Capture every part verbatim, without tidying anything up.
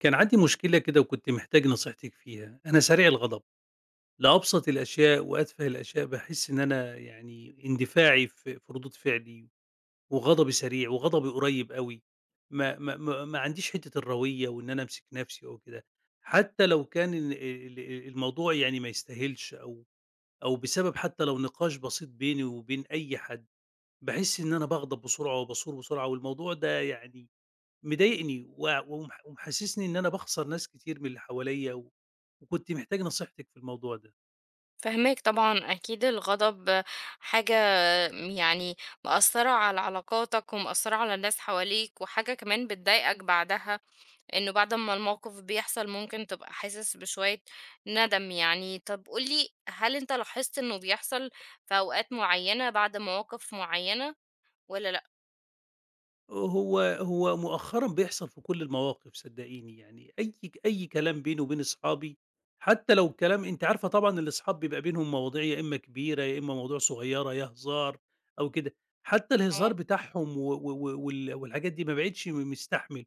كان عندي مشكلة كده وكنت محتاج نصيحتِك فيها، أنا سريع الغضب، لأبسط الأشياء وأتفه الأشياء باحس إن أنا يعني اندفاعي في في ردود فعلي، وغضبي سريع وغضبي قريب أوي، ما ما ما ما عنديش حتة الروية وإن أنا أمسك نفسي أو كده. حتى لو كان ال ال ال- الموضوع يعني ما يستاهلش أو أو بسبب حتى لو نقاش بسيط بيني وبين أي حد، باحس إن أنا باغضب بسرعة وباثور بسرعة والموضوع ده يعني مضايقني و ومح ومحسسني إن أنا باخسر ناس كتير من اللي حواليّا، و وكنت محتاج نصيحتِك في الموضوع ده. فهماك طبعًا، أكيد الغضب حاجة يعني مأثّرة على علاقاتك ومأثّرة على الناس حواليك، وحاجة كمان بتضايقك بعدها، إنه بعد ما الموقف بيحصل ممكن تبقى حاسس بشوية ندم يعني. طب قُل لي، هل أنت لاحظت إنه بيحصل في أوقات معيّنة بعد مواقف معيّنة والّا لأ؟ هو هو مؤخرًا بيحصل في كل المواقف صدقيني، يعني أي ك أي كلام بيني وبين أصحابي حتى لو الكلام، أنتِ عارفة طبعًا الأصحاب بيبقى بينهم مواضيع يا إمّا كبيرة، يا إمّا مواضيع صغيّرة، يا هزار أو كده، حتى الهزار آه، بتاعهم و و و وال والحاجات دي ما بقيتش م مستحمل،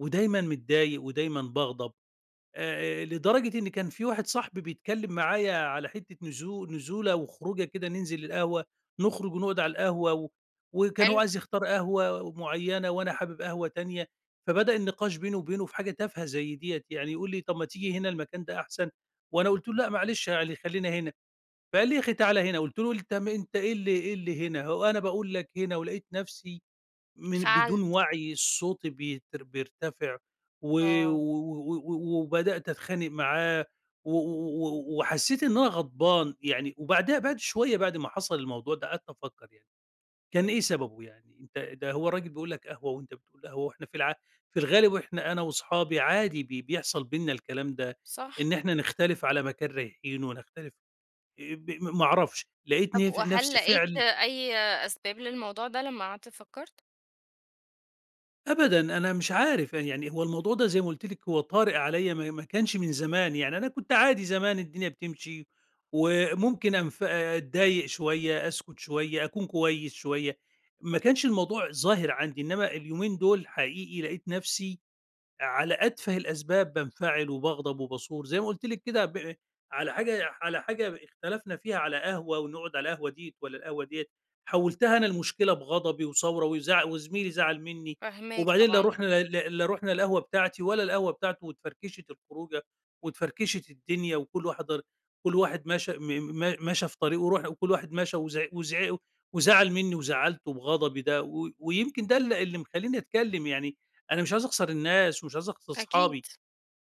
ودايمًا متضايق ودايمًا باغضب. آآ، لدرجة إن كان في واحد صاحبي بيتكلم معايا على حتّة نزو نزولة وخروجة كده، ننزل القهوة، نخرج ونقعد على القهوة، و وكان هو حلو، عايز يختار قهوة معيّنة وأنا حابب قهوة تانية، فبدأ النقاش بيني وبينه في حاجة تافهة زي ديّة، يعني يقول لي: "طب ما تيجي هنا المكان ده أحسن." وأنا قُلت له: "لأ معلش يعني خلّينا هنا." فقال لي: "يا أخي تعالَ هنا." قُلت له: "أنت م أنت إيه اللي إيه اللي هنا؟ هو أنا باقول لك هنا." ولقيت نفسي من بدون انفعلت، وعي الصوت بيتر بيرتفع، و آه، و و وبدأت أتخانق معاه، و و و وحسيت إن أنا غضبان يعني. وبعدها بعد شوية بعد ما حصل الموضوع ده قعدت أفكّر يعني كان إيه سببه يعني؟ أنت ده هو الراجل بيقول لك قهوة وأنت بتقول قهوة، وإحنا في الع في الغالب وإحنا أنا وأصحابي عادي بي بيحصل بيننا الكلام ده، صح. إن إحنا نختلف على مكان رايحينه ونختلف، آآ ب ما أعرفش، لقيت طب نف وهل نفسي لقيت فعل. أي أسباب للموضوع ده لمّا قعدت فكّرت؟ أبدًا، أنا مش عارف يعني، هو الموضوع ده زي ما قُلت لِك هو طارئ عليَّ، ما ما كانش من زمان، يعني أنا كنت عادي زمان الدنيا بتمشي، وممكن أنف أتضايق شوية، أسكت شوية، أكون كويس شوية، ما كانش الموضوع ظاهر عندي، إنما اليومين دول حقيقي لقيت نفسي على أتفه الأسباب بانفعل وباغضب وباثور، زي ما قُلت لِك كده، ب على حاجة، على حاجة اختلفنا فيها على قهوة ونقعد على القهوة ديّة والّا القهوة ديّة، حوّلتها أنا المشكلة بغضبي وثورة، وزع وزميلي زعل منّي. فاهماك وبعدين لا طبعًا، آه، رُحنا، لا لا رُحنا القهوة بتاعتي ولا القهوة بتاعته، واتفركشت الخروجة واتفركشت الدنيا، وكل واحد ر كل واحد مشى، م م مشى في طريقه ورُحنا وكل واحد مشى، وزع وزع وزعل منّي وزعّلته بغضبي ده، و ويمكن ده ال اللي مخلّيني أتكلّم يعني. أنا مش عايز أخسر الناس ومش عايز أخسر أكيد. أصحابي،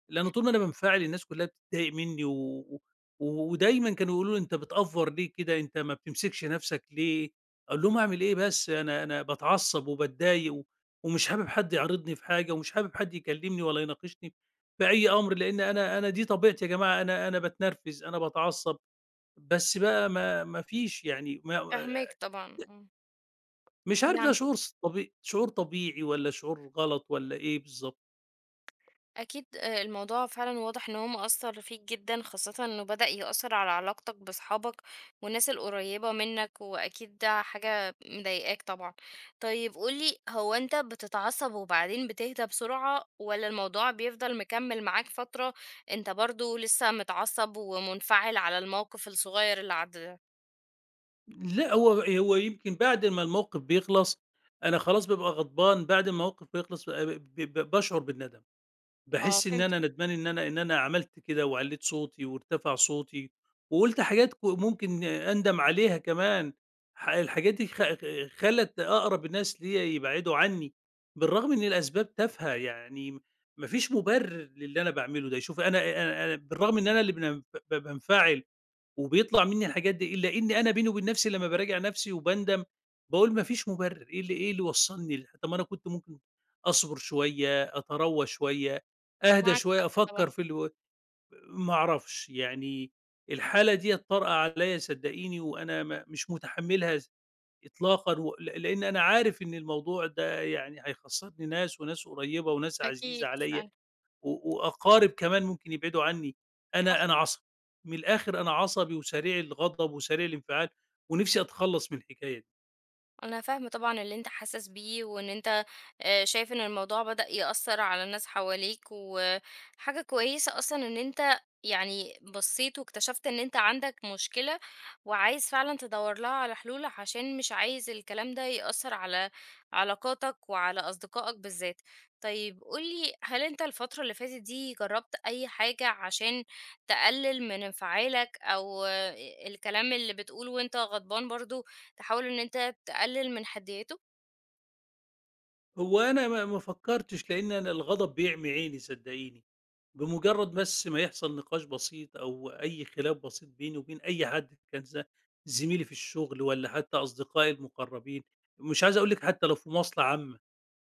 لإن طول ما أنا بانفعل الناس كلّها بتتضايق منّي، و و ودايمًا كانوا يقولوا لي: "أنت بتأفور ليه كده، أنت ما بتمسكش نَفْسك ليه؟" أقول لهم: "أعمل إيه بس، أنا أنا باتعصّب وباتضايق، و ومش حابب حد يعارضني في حاجة ومش حابب حد يكلّمني ولا يناقشني بأي أمر، لإن أنا أنا دي طبيعتي يا جماعة، أنا أنا باتنرفز، أنا باتعصّب." بس بقى ما ما فيش يعني، ما فاهماك طبعًا، آه. مش عارف ده يعني شعور ص طبي شعور طبيعي والّا شعور غلط والّا إيه بالضبط. أكيد آآ الموضوع فعلًا واضح إن هو مأثّر فيك جدًا، خاصةً إنه بدأ يأثّر على علاقتك بأصحابك والناس القريّبة منّك، وأكيد ده حاجة مضايقاك طبعًا. طيب قُل لي، هو أنت بتتعصّب وبعدين بتهدى بسرعة والّا الموضوع بيفضل مكمّل معاك فترة أنت برضه لسّه متعصّب ومنفعل على الموقف الصغيّر اللي عدّى ده؟ لأ، هو هو يمكن بعد ما الموقف بيخلص، أنا خلاص بابقى غضبان. بعد ما الموقف بيخلص آآ، ب ب باشعر بالندم، آه باحس إن فهمتك، أنا ندمان إن أنا، إن أنا عملت كده وعلّيت صوتي وارتفع صوتي، وقُلت حاجات، ك ممكن أندم عليها كمان. ح الحاجات دي خ خلّت أقرب الناس ليّا يبعدوا عني، بالرغم إن الأسباب تافهة، يعني ما فيش مُبرر للي أنا باعمله ده. شوفي، أنا أنا أنا بالرغم إن أنا اللي بن ب بانفعل وبيطلع منّي الحاجات دي، إلا إنّي أنا بيني وبين نَفْسي لمّا باراجع نَفْسي وباندم، باقول ما فيش مُبرِّر، إيه اللي إيه اللي وصّلني ل طَب ما أنا كنت ممكن أصبر شوية، أتروّى شوية، أهدى معاك شوية، حق طبعًا، أفكّر في الو ما أعرفش، يعني الحالة ديّة طارئة عليّا صدّقيني، وأنا ما مش مُتحمّلها س إطلاقًا، و ل لإن أنا عارف إن الموضوع ده يعني هيخسّرني ناس، وناس قريّبة وناس عزيزة أكيد عليّا. فعلًا. و وأقارب كمان ممكن يبعدوا عني. أنا أنا عصبي، من الآخر أنا عصبي وسريع الغضب وسريع الانفعال، ونفسي أتخلّص من الحكاية دي. أنا فاهمة طبعًا اللي أنت حاسس بيه، وإن أنت آآ شايف إن الموضوع بدأ يأثّر على الناس حواليك، وحاجة كويسة أصلًا إن أنت يعني بصّيت واكتشفت إن أنت عندك مشكلة، وعايز فعلًا تدوّر لها على حلول عشان مش عايز الكلام ده يأثّر على علاقاتك وعلى أصدقائك بالذات. طيب قُل لي هل أنت الفترة اللي فاتت دي جرّبت أي حاجة عشان تقلل من انفعالك، أو آآ الكلام اللي بتقوله وأنت غضبان برضه تحاول إن أنت تقلل من حدّيته؟ هو أنا ما ما فكّرتش لإن أنا الغضب بيعمي عيني صدّقيني، بمجرّد بس ما يحصل نقاش بسيط أو أي خلاف بسيط بيني وبين أي حد كان، ز زميلي في الشغل والّا حتى أصدقائي المقرّبين، مش عايز أقول لِك حتى لو في مواصلة عامة.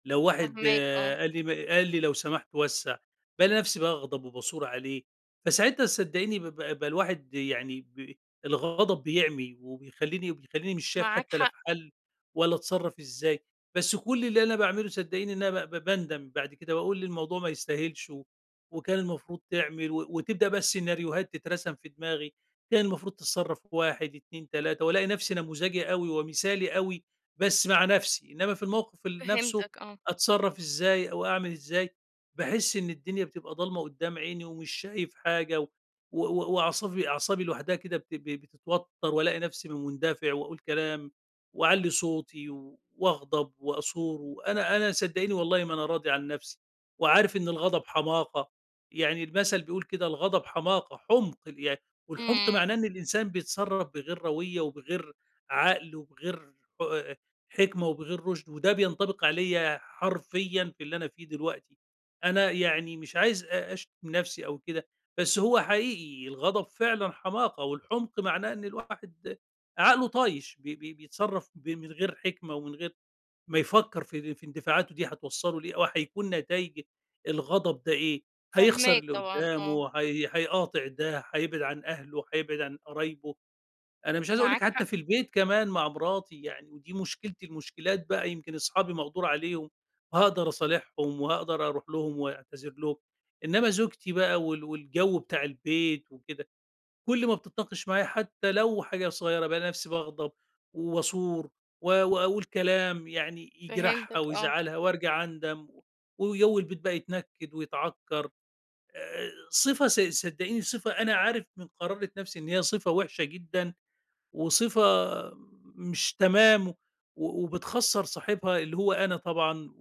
لو واحد، فاهماك آه، آه، قال لي م قال لي لو سمحت وسّع، بالاقي نفسي باغضب وباثور عليه. فساعتها صدقيني ب ب بقى الواحد يعني ب الغضب بيعمي وبيخلّيني وبيخلّيني مش شايف معاك حتى لا في حق، حل ولا اتصرّف إزاي. بس كل اللي أنا باعمله صدقيني إن أنا ب ب باندم بعد كده، باقول الموضوع ما يستاهلش، و وكان المفروض تعمل، و وتبدأ بقى السيناريوهات تترسم في دماغي، كان المفروض تتصرّف واحد، اتنين، تلاتة، والاقي نفسي نموذجي أوي ومثالي أوي بس مع نفسي، إنّما في الموقف ال نفسه فهمتك آه، أتصرّف إزاي أو أعمل إزاي، باحس إن الدنيا بتبقى ضلمة قدّام عيني ومش شايف حاجة، و و و وأعصابي أعصابي لوحدها كده بت ب بتتوتّر، وألاقي نفسي من مندفع وأقول كلام وأعلّي صوتي و- وأغضب وأثور. وأنا، أنا صدّقيني والله ما أنا راضي عن نفسي، وعارف إن الغضب حماقة، يعني المَثل بيقول كده الغضب حماقة، حُمْق يعني. والحُمْق إمم، معناه إن الإنسان بيتصرّف بغير روية وبغير عقل وبغير ح حِكمة وبغير رُشد، وده بينطبق عليَّ حرفيًا في اللي أنا فيه دلوقتي. أنا يعني مش عايز أ أشتم نفسي أو كده، بس هو حقيقي الغضب فعلًا حماقة، والحُمْق معناه إن الواحد عقله طايش، بي بي بيتصرّف ب من غير حِكمة ومن غير ما يفكّر في في اندفاعاته دي هتوصّله لإيه، أو هيكون نتايج الغضب ده إيه، هيخسر فاهماك اللي طبعًا آه، قدّامه، هي هيقاطع ده، هيبعد عن أهله، هيبعد عن قرايبه. أنا مش عايز أقول معاك لِك حتى حق، في البيت كمان مع مراتي يعني، ودي مشكلتي، المشكلات بقى يمكن أصحابي مقدور عليهم، وهاقدر أصالحهم وهاقدر أروح لهم وأعتذر لهم، إنما زوجتي بقى، وال والجو بتاع البيت وكده، كل ما بتتناقش معايا حتى لو حاجة صغيرة بالاقي نفسي باغضب واثور، و وأقول كلام يعني يجرحها فهمتك آه. ويزعلها وأرجع أندم. وجو البيت بقى يتنكد ويتعكر. آآ، صفة، ص صدقيني صفة أنا عارف من قرارة نفسي إن هي صفة وحشة جدًا، وصفة مش تمام، و وبتخسّر صاحبها اللي هو أنا طبعًا.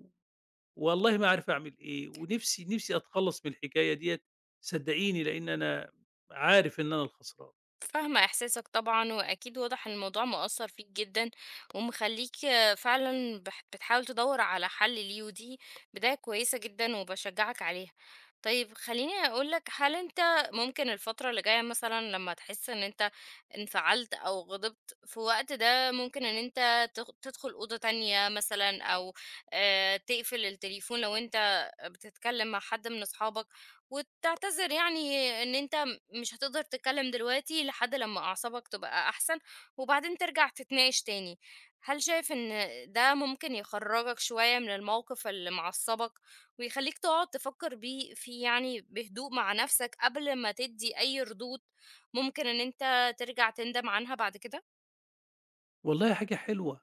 والله ما عارف أعمل إيه، ونفسي نفسي أتخلّص من الحكاية ديّة صدّقيني، لإن أنا عارف إن أنا الخسران. فاهمة إحساسك طبعًا، وأكيد واضح إن الموضوع مأثّر فيك جدًا، ومخلّيك آه، فعلًا بح بتحاول تدوّر على حل ليه، ودي بداية كويسة جدًا وباشجّعك عليها. طيب خلّيني أقول لك، هل أنت ممكن الفترة اللي جاية مثلًا لمّا تحس إن أنت انفعلت أو غضبت في الوقت ده، ممكن إن أنت تخ تدخل أوضة تانية مثلًا، أو آآ تقفل التليفون لو أنت بتتكلم مع حد من أصحابك، وتعتذر يعني إن أنت مش هتقدر تتكلم دلوقتي لحد لمّا أعصابك تبقى أحسن، وبعدين ترجع تتناقش تاني. هل شايف إن ده ممكن يخرّجك شوية من الموقف اللي معصّبك، ويخلّيك تقعد تفكّر بيه فيه يعني بهدوء مع نفسك قبل ما تدّي أي ردود ممكن إن أنت ترجع تندم عنها بعد كده؟ والله حاجة حلوة،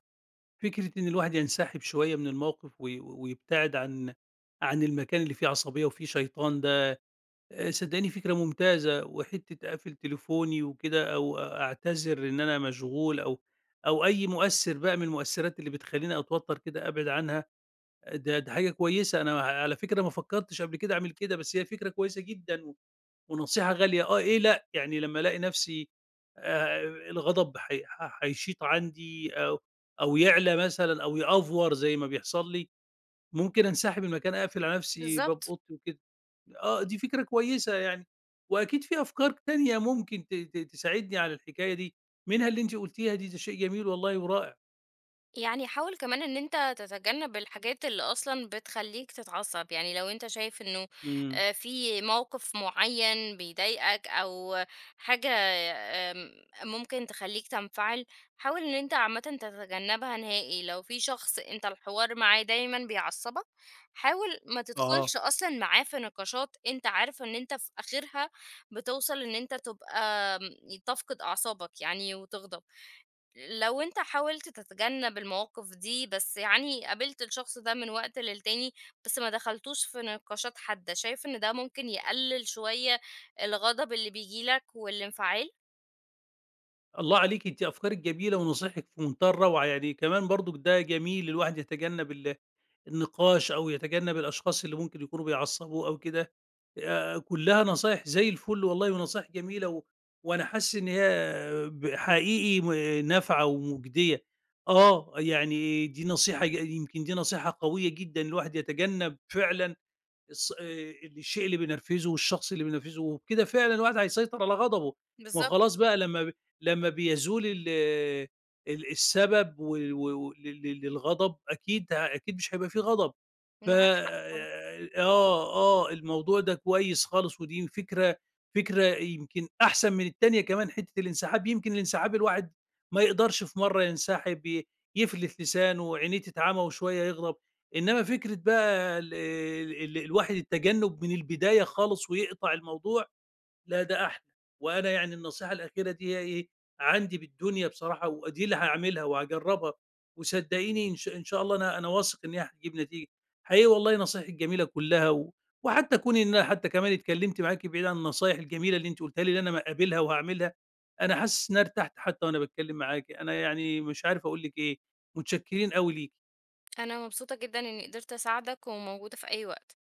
فكرة إن الواحد ينسحب شوية من الموقف و ويبتعد عن عن المكان اللي فيه عصبية وفيه شيطان ده، آآ صدّقيني فكرة ممتازة، وحتّة أقفل تليفوني وكده، أو أ أعتذر إن أنا مشغول، أو أو أي مؤثِّر بقى من المؤثِّرات اللي بتخلّيني أتوتّر كده أبعد عنها، ده ده حاجة كويسة، أنا على فكرة ما فكّرتش قبل كده أعمل كده، بس هي فكرة كويسة جدًا و ونصيحة غالية، آه، إيه لأ، يعني لمّا ألاقي نَفْسي آآ الغضب حي ح حيشيط عندي، أو أو يعلى مثلًا، أو يأفور زي ما بيحصل لي، ممكن أنسحب من المكان، أقفل على نفسي باب بالضبط. أوضتي وكده. آه، دي فكرة كويسة يعني، وأكيد في أفكار تانية ممكن ت ت تساعدني على الحكاية دي، منها اللي أنتِ قُلتيها دي، ده شيء جميل والله ورائع. يعني حاول كمان ان انت تتجنب الحاجات اللي اصلا بتخليك تتعصب يعني لو انت شايف انه إمم، آه، في موقف معين بيضايقك او حاجة آم، ممكن تخليك تنفعل حاول ان انت عامة تتجنبها نهائي لو في شخص انت الحوار معاه دايما بيعصبك حاول ما آه. تدخلش اصلا معاه في نقاشات انت عارف ان انت في اخرها بتوصل ان انت تبقى آم، تفقد اعصابك يعني وتغضب لو أنت حاولت تتجنب المواقف دي، بس يعني قابلت الشخص ده من وقت للتاني، بس ما دخلتوش في نقاشات حادة، شايف إن ده ممكن يقلل شوية الغضب اللي بييجي لك والانفعال؟ الله عليكِ، أنتِ أفكارِك جميلة ونصايحِك في منتهى الروعة، يعني كمان برضُك ده جميل الواحد يتجنب ال النقاش، أو يتجنب الأشخاص اللي ممكن يكونوا بيعصّبوه أو كده، آآ كُلّها نصايح زي الفل والله ونصايح جميلة، و وأنا حاسس إن هي، ب حقيقي م نافعة ومُجدية. آه، يعني دي نصيحة، ج يمكن دي نصيحة قوية جدًا، الواحد يتجنب فعلًا الص آآ الشيء اللي بينرفزه والشخص اللي بينرفزه، وبكده فعلًا الواحد هيسيطر على غضبه. ما هو بالضبط. خلاص بقى لمّا ب لمّا بيزول ال ال السبب و و و لل للغضب، أكيد أكيد مش هيبقى في غضب. ف معاك حق طبعًا. آه، آه، الموضوع ده كويس خالص، ودي فكرة، فكرة يمكن أحسن من التانية كمان حتّة الانسحاب، يمكن الانسحاب الواحد ما يقدرش في مرّة ينسحب، ي يفلت لسانه، عينيه تتعمى وشوية يغضب، إنّما فكرة بقى ال ال ال- الواحد التجنُّب من البداية خالص ويقطع الموضوع لا ده أحلى. وأنا يعني النصيحة الأخيرة دي هي إيه، عندي بالدنيا بصراحة، ودي اللي هاعملها وهاجرّبها، وصدّقيني إن ش إن شاء الله أنا أنا واثق إن هي هتجيب نتيجة. حقيقي والله نصايحِك جميلة كلّها، و وحتى كون إن أنا حتى كمان اتكلّمت معاكِ، بعيد عن النصايح الجميلة اللي أنتِ قُلتيها لي اللي أنا هاقابلها وهاعملها، أنا حاسس إن أنا ارتحت حتى وأنا باتكلّم معاكِ، أنا يعني مش عارف أقول لِك إيه، متشكّرين أوي ليكِ. أنا مبسوطة جدًا إني قدرت أساعدك، وموجودة في أي وقت.